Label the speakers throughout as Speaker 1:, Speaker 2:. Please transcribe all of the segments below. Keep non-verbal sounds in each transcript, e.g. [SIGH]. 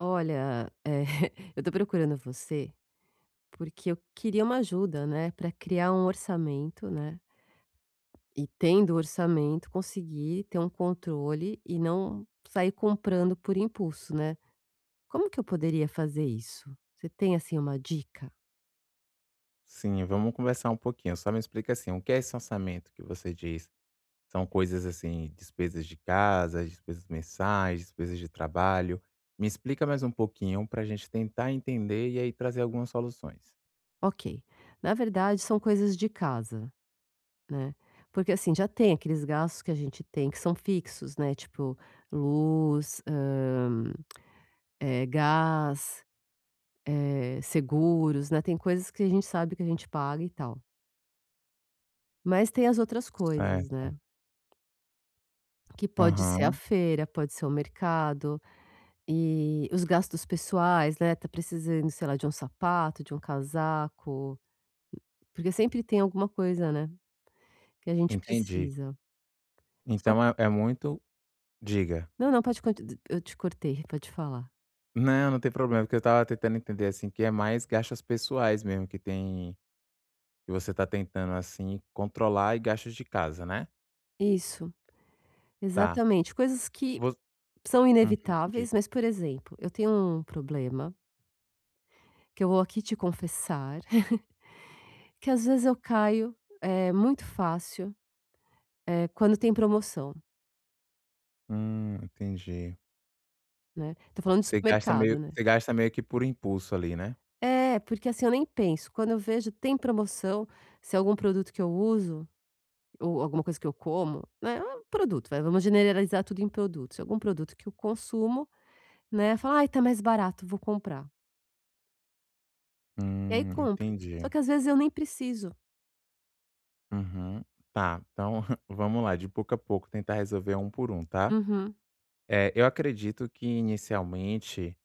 Speaker 1: Olha, [LAUGHS] eu tô procurando você, porque eu queria uma ajuda, né, para criar um orçamento, né, e tendo o orçamento, conseguir ter um controle e não sair comprando por impulso, né. Como que eu poderia fazer isso? Você tem, assim, uma dica?
Speaker 2: Sim, vamos conversar um pouquinho. Só me explica assim, o que é esse orçamento que você diz? São coisas assim, despesas de casa, despesas mensais, despesas de trabalho. Me explica mais um pouquinho para a gente tentar entender e aí trazer algumas soluções.
Speaker 1: Ok, na verdade são coisas de casa, né, porque, assim, já tem aqueles gastos que a gente tem que são fixos, né, tipo luz, gás, seguros, né, tem coisas que a gente sabe que a gente paga e tal. Mas tem as outras coisas,
Speaker 2: Certo.
Speaker 1: né, que pode ser a
Speaker 2: Aham,
Speaker 1: feira, pode ser o mercado e os gastos pessoais, né, tá precisando, sei lá, de um sapato, de um casaco, porque sempre tem alguma coisa, né, que a gente
Speaker 2: entendi.
Speaker 1: precisa. Só,
Speaker 2: Então é muito. Diga.
Speaker 1: não, não, pode conti eu te cortei, pode falar.
Speaker 2: Não, não tem problema, porque eu tava tentando entender assim que é mais gastos pessoais mesmo que tem que você tá tentando assim controlar e gastos de casa, né?
Speaker 1: Isso,
Speaker 2: Tá.
Speaker 1: exatamente, coisas que
Speaker 2: Vo-
Speaker 1: são
Speaker 2: Uhum, diga.
Speaker 1: inevitáveis, mas, por exemplo, eu tenho um problema que eu vou aqui te confessar. Que às vezes eu caio, é muito fácil, quando tem promoção,
Speaker 2: Entendi.
Speaker 1: né. Tô falando de
Speaker 2: Você gasta
Speaker 1: supermercado,
Speaker 2: meio
Speaker 1: né.
Speaker 2: você gasta meio que por impulso ali, né?
Speaker 1: É, porque assim, eu nem penso, quando eu vejo tem promoção, se é algum produto que eu uso, ou alguma coisa que eu como, né, ah, produto, vai, vamos generalizar tudo em produto. Se é algum produto que eu consumo, né, falo: "Ai, tá mais barato, vou comprar". E aí compro,
Speaker 2: Entendi.
Speaker 1: só que às vezes eu nem preciso.
Speaker 2: Uhum. Tá, então [LAUGHS] vamos lá, de pouco a pouco tentar resolver um por um, tá?
Speaker 1: Uhum.
Speaker 2: Eu acredito que inicialmente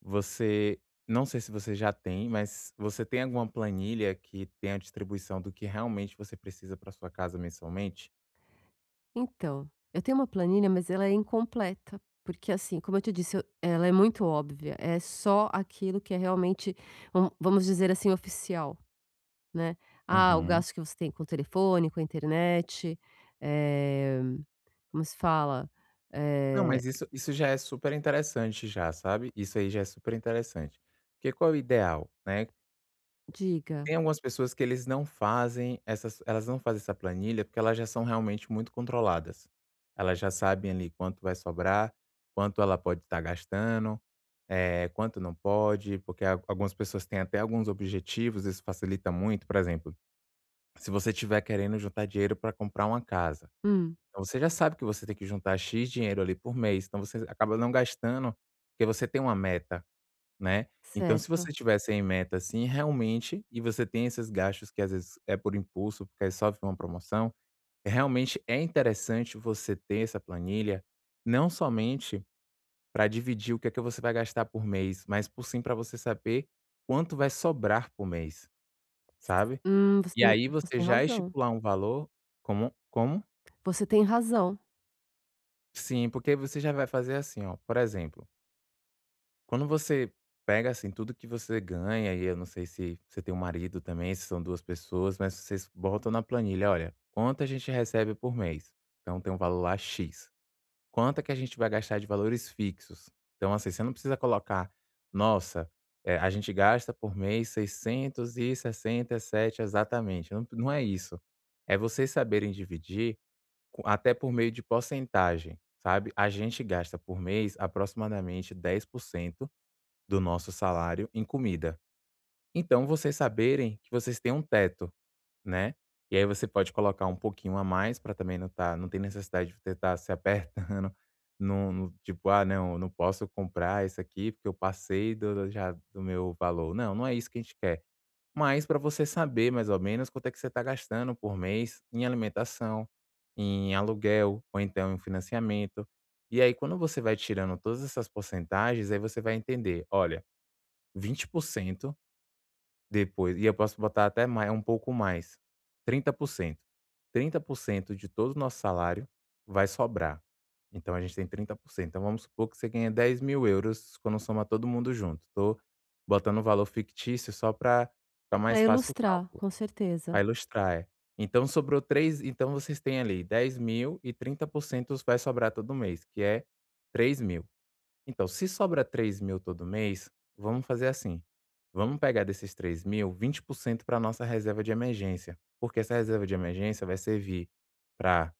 Speaker 2: você não sei se você já tem, mas você tem alguma planilha que tem a distribuição do que realmente você precisa para sua casa mensalmente?
Speaker 1: Então, eu tenho uma planilha, mas ela é incompleta, porque assim, como eu te disse, ela é muito óbvia, é só aquilo que é realmente, vamos dizer assim, oficial, né? Ah, o
Speaker 2: Uhum.
Speaker 1: gasto que você tem com o telefone, com a internet, eh, como se fala?
Speaker 2: Não,
Speaker 1: Eh,
Speaker 2: mas isso já é super interessante já, sabe? Isso aí já é super interessante. Porque qual é o ideal, né?
Speaker 1: diga.
Speaker 2: Tem algumas pessoas que eles não fazem essas elas não fazem essa planilha, porque elas já são realmente muito controladas. Elas já sabem ali quanto vai sobrar, quanto ela pode estar gastando, quanto não pode, porque a algumas pessoas têm até alguns objetivos, isso facilita muito, por exemplo, se você estiver querendo juntar dinheiro para comprar uma casa,
Speaker 1: Hum,
Speaker 2: então você já sabe que você tem que juntar "x" dinheiro ali por mês, então você acaba não gastando, porque você tem uma meta. Né. Então se você
Speaker 1: certo.
Speaker 2: tiver sem meta, assim, realmente, e você tem esses gastos que às vezes é por impulso, porque aí só viu uma promoção, realmente é interessante você ter essa planilha, não somente para dividir o que é que você vai gastar por mês, mas por sim para você saber quanto vai sobrar por mês, sabe.
Speaker 1: Hum, você,
Speaker 2: E aí
Speaker 1: você
Speaker 2: você
Speaker 1: tem
Speaker 2: já
Speaker 1: razão.
Speaker 2: estipular um valor como?
Speaker 1: Você tem razão.
Speaker 2: Sim, porque você já vai fazer assim, ó, por exemplo. Quando você pega, assim, tudo que você ganha, e eu não sei se você tem um marido também, se são 2 pessoas, mas vocês botam na planilha: "Olha, quanto a gente recebe por mês?". Então tem um valor lá "X". Quanto é que a gente vai gastar de valores fixos? Então, assim, você não precisa colocar: "Nossa, a gente gasta por mês seiscentos e sessenta e sete exatamente". Não é isso. É vocês saberem dividir co até por meio de porcentagem, sabe. A gente gasta por mês aproximadamente 10% do nosso salário em comida. Então, vocês saberem que vocês têm um teto, né, e aí você pode colocar um pouquinho a mais para também não tem necessidade de você tá se apertando, [LAUGHS] não não tipo: "Ah, não, eu não posso comprar isso aqui porque eu passei do já do meu valor". Não, não é isso que a gente quer. Mas para você saber mais ou menos quanto é que você está gastando por mês em alimentação, em aluguel ou então em financiamento. E aí quando você vai tirando todas essas porcentagens, aí você vai entender: "Olha, 20% depois, e eu posso botar até mais um pouco mais, trinta trinta por cento trinta por cento de todo o nosso salário vai sobrar. Então a gente tem 30%. Então vamos supor que você ganha 10.000 euros quando soma todo mundo junto. Tô botando um valor fictício só para ficar
Speaker 1: Para
Speaker 2: mais fácil o
Speaker 1: ilustrar,
Speaker 2: cálculo,
Speaker 1: com certeza.
Speaker 2: para ilustrar, é. Então sobrou 3 então vocês têm ali 10.000 e 30% vai sobrar todo mês, que é 3.000. Então, se sobra 3.000 todo mês, vamos fazer assim. Vamos pegar desses 3.000, 20% para nossa reserva de emergência, porque essa reserva de emergência vai servir para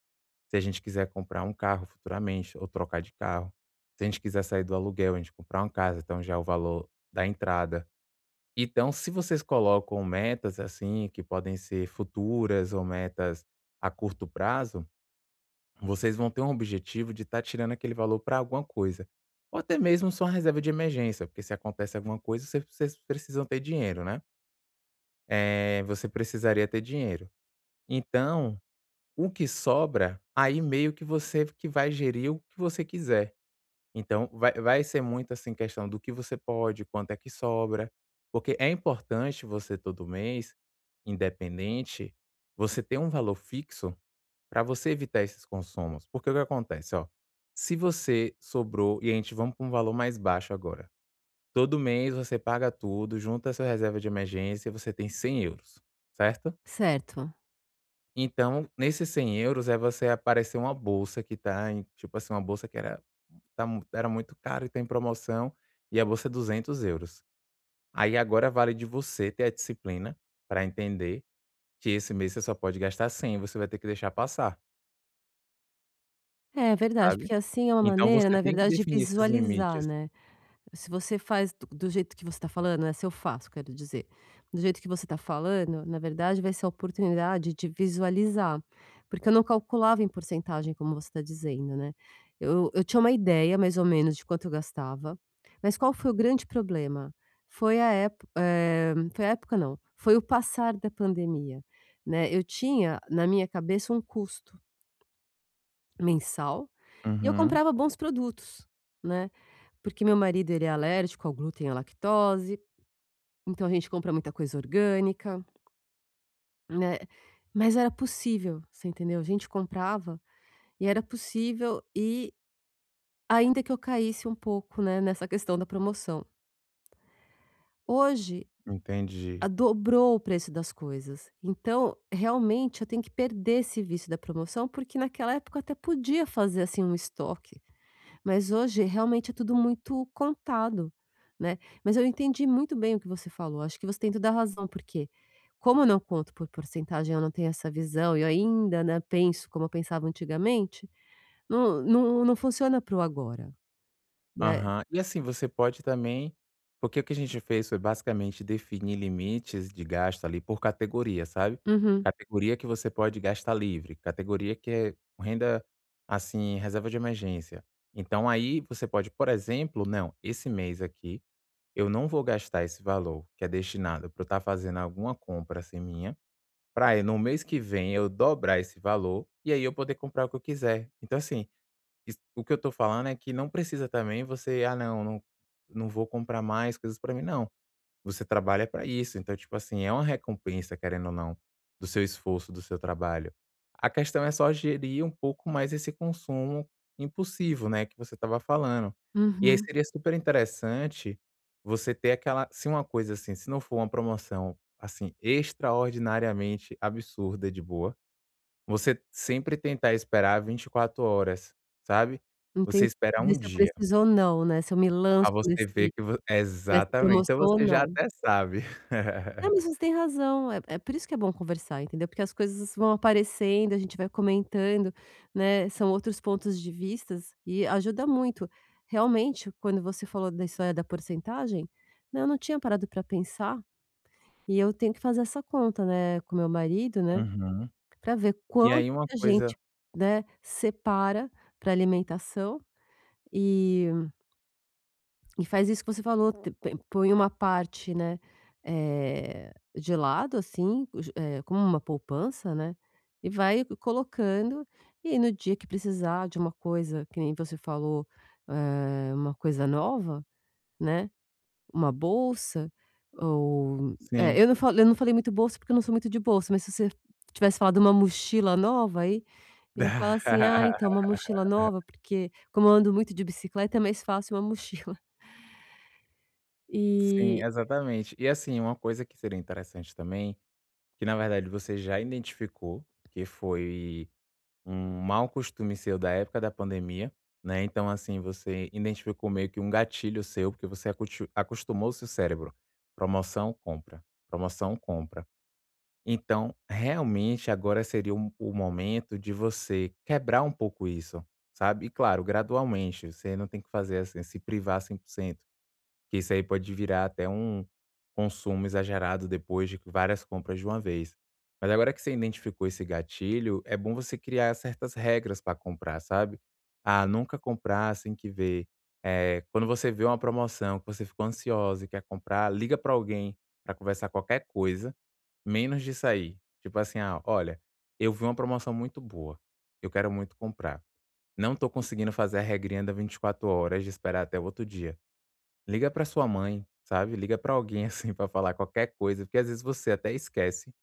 Speaker 2: se a gente quiser comprar um carro futuramente ou trocar de carro, se a gente quiser sair do aluguel, a gente comprar uma casa, então já é o valor da entrada. Então, se vocês colocam metas assim que podem ser futuras ou metas a curto prazo, vocês vão ter um objetivo de estar tirando aquele valor para alguma coisa. Ou até mesmo só uma reserva de emergência, porque se acontece alguma coisa, vocês precisam ter dinheiro, né? Você precisaria ter dinheiro. Então, o que sobra, aí meio que você que vai gerir o que você quiser. Então, vai ser muito, assim, questão do que você pode, quanto é que sobra, porque é importante você todo mês, independente, você ter um valor fixo para você evitar esses consumos, porque o que acontece, ó, se você sobrou e a gente vamos para um valor mais baixo agora. Todo mês você paga tudo, junta a sua reserva de emergência, você tem 100 euros, certo?
Speaker 1: Certo.
Speaker 2: Então, nesses 100 euros é você aparecer uma bolsa que tá em tipo assim, uma bolsa que era tá mu era muito cara e tá em promoção, e a bolsa é 200 euros. Aí agora vale de você ter a disciplina para entender que esse mês você só pode gastar 100, você vai ter que deixar passar,
Speaker 1: É verdade,
Speaker 2: sabe?
Speaker 1: porque assim é uma
Speaker 2: Então
Speaker 1: maneira,
Speaker 2: você
Speaker 1: na
Speaker 2: tem que
Speaker 1: verdade, de
Speaker 2: definir esses
Speaker 1: visualizar,
Speaker 2: limites.
Speaker 1: né? Se você faz do jeito que você está falando, né, se eu faço, quero dizer, do jeito que você está falando, na verdade vai ser a oportunidade de visualizar, porque eu não calculava em porcentagem, como você está dizendo, né. Eu tinha uma ideia, mais ou menos, de quanto eu gastava, mas qual foi o grande problema? Foi foi a época, não, foi o passar da pandemia, né. Eu tinha na minha cabeça um custo, mensal, e eu
Speaker 2: Uhum,
Speaker 1: comprava bons produtos, né, porque meu marido ele é alérgico ao glúten e à lactose, então a gente compra muita coisa orgânica, né, mas era possível, você entendeu? A gente comprava e era possível e ainda que eu caísse um pouco, né, nessa questão da promoção. Hoje, a
Speaker 2: entendi.
Speaker 1: dobrou o preço das coisas, então realmente eu tenho que perder esse vício da promoção, porque naquela época eu até podia fazer, assim, um estoque. Mas hoje realmente é tudo muito contado, né. Mas eu entendi muito bem o que você falou, acho que você tem toda a razão, porque como eu não conto por porcentagem, eu não tenho essa visão e eu ainda, né, penso como eu pensava antigamente, não não não funciona para o agora, né.
Speaker 2: Aham. E assim, você pode também porque o que a gente fez foi basicamente definir limites de gasto ali por categoria, sabe.
Speaker 1: Uhum,
Speaker 2: Categoria que você pode gastar livre, categoria que é renda, assim, reserva de emergência. Então aí você pode, por exemplo: "Não, esse mês aqui eu não vou gastar esse valor que é destinado para eu estar fazendo alguma compra, assim, minha" para eu no mês que vem eu dobrar esse valor, e aí eu poder comprar o que eu quiser. Então assim, isso o que eu tô falando é que não precisa também você: "Ah não, não vou comprar mais coisas para mim", não. Você trabalha para isso, então, tipo assim, é uma recompensa, querendo ou não, do seu esforço, do seu trabalho. A questão é só gerir um pouco mais esse consumo impulsivo, né, que você estava falando. E aí
Speaker 1: uhum.
Speaker 2: seria super interessante você ter aquela se uma coisa assim, se não for uma promoção, assim, extraordinariamente absurda de boa, você sempre tentar esperar 24 horas, sabe. Você
Speaker 1: Entendi,
Speaker 2: esperar
Speaker 1: pra
Speaker 2: um
Speaker 1: se eu
Speaker 2: dia,
Speaker 1: preciso ou não, né, se eu me
Speaker 2: para
Speaker 1: lanço
Speaker 2: você
Speaker 1: nesse
Speaker 2: ver que vo
Speaker 1: nessa
Speaker 2: exatamente, então
Speaker 1: promoção ou
Speaker 2: você já
Speaker 1: não.
Speaker 2: até sabe.
Speaker 1: Não, mas
Speaker 2: [LAUGHS]
Speaker 1: você tem razão, é por isso que é bom conversar, entendeu? Porque as coisas vão aparecendo, a gente vai comentando, né, são outros pontos de vistas e ajuda muito. Realmente, quando você falou da história da porcentagem, né, eu não tinha parado para pensar e eu tenho que fazer essa conta, né, com meu marido, né,
Speaker 2: Uhum.
Speaker 1: para ver
Speaker 2: E
Speaker 1: quanto
Speaker 2: aí uma
Speaker 1: que a
Speaker 2: coisa
Speaker 1: gente, né, separa para alimentação e e faz isso que você falou, te pe põe uma parte, né, eh, de lado, assim, como uma poupança, né, e vai colocando, e aí no dia que precisar de uma coisa, que nem você falou, eh, uma coisa nova, né, uma bolsa ou
Speaker 2: sim.
Speaker 1: é, eu não falei muito bolsa, porque eu não sou muito de bolsa, mas se você tivesse falado uma mochila nova aí, eu ia falar assim: "Ah, então, uma
Speaker 2: [LAUGHS]
Speaker 1: mochila nova", porque como eu ando muito de bicicleta, é mais fácil uma [LAUGHS] mochila.
Speaker 2: Sim,
Speaker 1: E
Speaker 2: exatamente. E assim, uma coisa que seria interessante também, que na verdade você já identificou, que foi um mau costume seu da época da pandemia, né, então assim, você identificou meio que um gatilho seu, porque você acoti acostumou o seu cérebro, promoção, compra, promoção, compra. Então, realmente agora seria o momento de você quebrar um pouco isso, sabe. E claro, gradualmente, você não tem que fazer assim, se privar 100%, que isso aí pode virar até um consumo exagerado depois de várias compras de uma vez. Mas agora que você identificou esse gatilho, é bom você criar certas regras para comprar, sabe. Ah, nunca comprar sem que ver, quando você vê uma promoção que você ficou ansiosa e quer comprar, liga para alguém para conversar qualquer coisa. Menos de sair. Tipo assim: "Ah, olha, eu vi uma promoção muito boa, eu quero muito comprar. Não tô conseguindo fazer a regrinha da 24 horas de esperar até o outro dia. Liga pra sua mãe", sabe, liga pra alguém, assim, [LAUGHS] pra falar qualquer coisa, porque às vezes você até esquece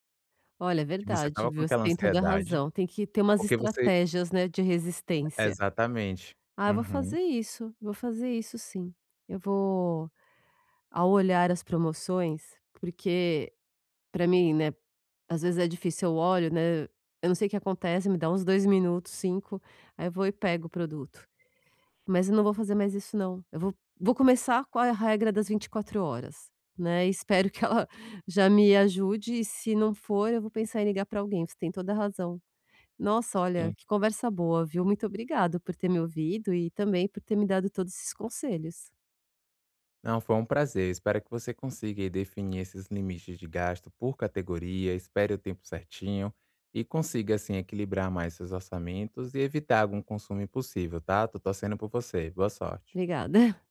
Speaker 1: Olha, é
Speaker 2: que você
Speaker 1: verdade,
Speaker 2: tava com
Speaker 1: viu, você
Speaker 2: aquela
Speaker 1: tem toda a
Speaker 2: ansiedade,
Speaker 1: razão. Tem que ter umas
Speaker 2: porque você
Speaker 1: estratégias, né, de resistência.
Speaker 2: exatamente.
Speaker 1: "Ah, eu
Speaker 2: Uhum,
Speaker 1: vou fazer isso sim. Eu vou", ao olhar as promoções, porque para mim, né, às vezes é difícil, eu olho, né, eu não sei o que acontece, me dá uns 2 minutos, 5. Aí eu vou e pego o produto. Mas eu não vou fazer mais isso não. Eu vou começar com a regra das 24 horas, né, e espero que ela [LAUGHS] já me ajude e se não for, eu vou pensar em ligar para alguém, você tem toda a razão. Nossa, olha,
Speaker 2: sim.
Speaker 1: que conversa boa, viu? Muito obrigado por ter me ouvido e também por ter me dado todos esses conselhos.
Speaker 2: Não, foi um prazer. Espero que você consiga aí definir esses limites de gasto por categoria, espere o tempo certinho e consiga, assim, equilibrar mais seus orçamentos e evitar algum consumo impossível, tá? Tô torcendo por você. Boa sorte.
Speaker 1: Obrigada.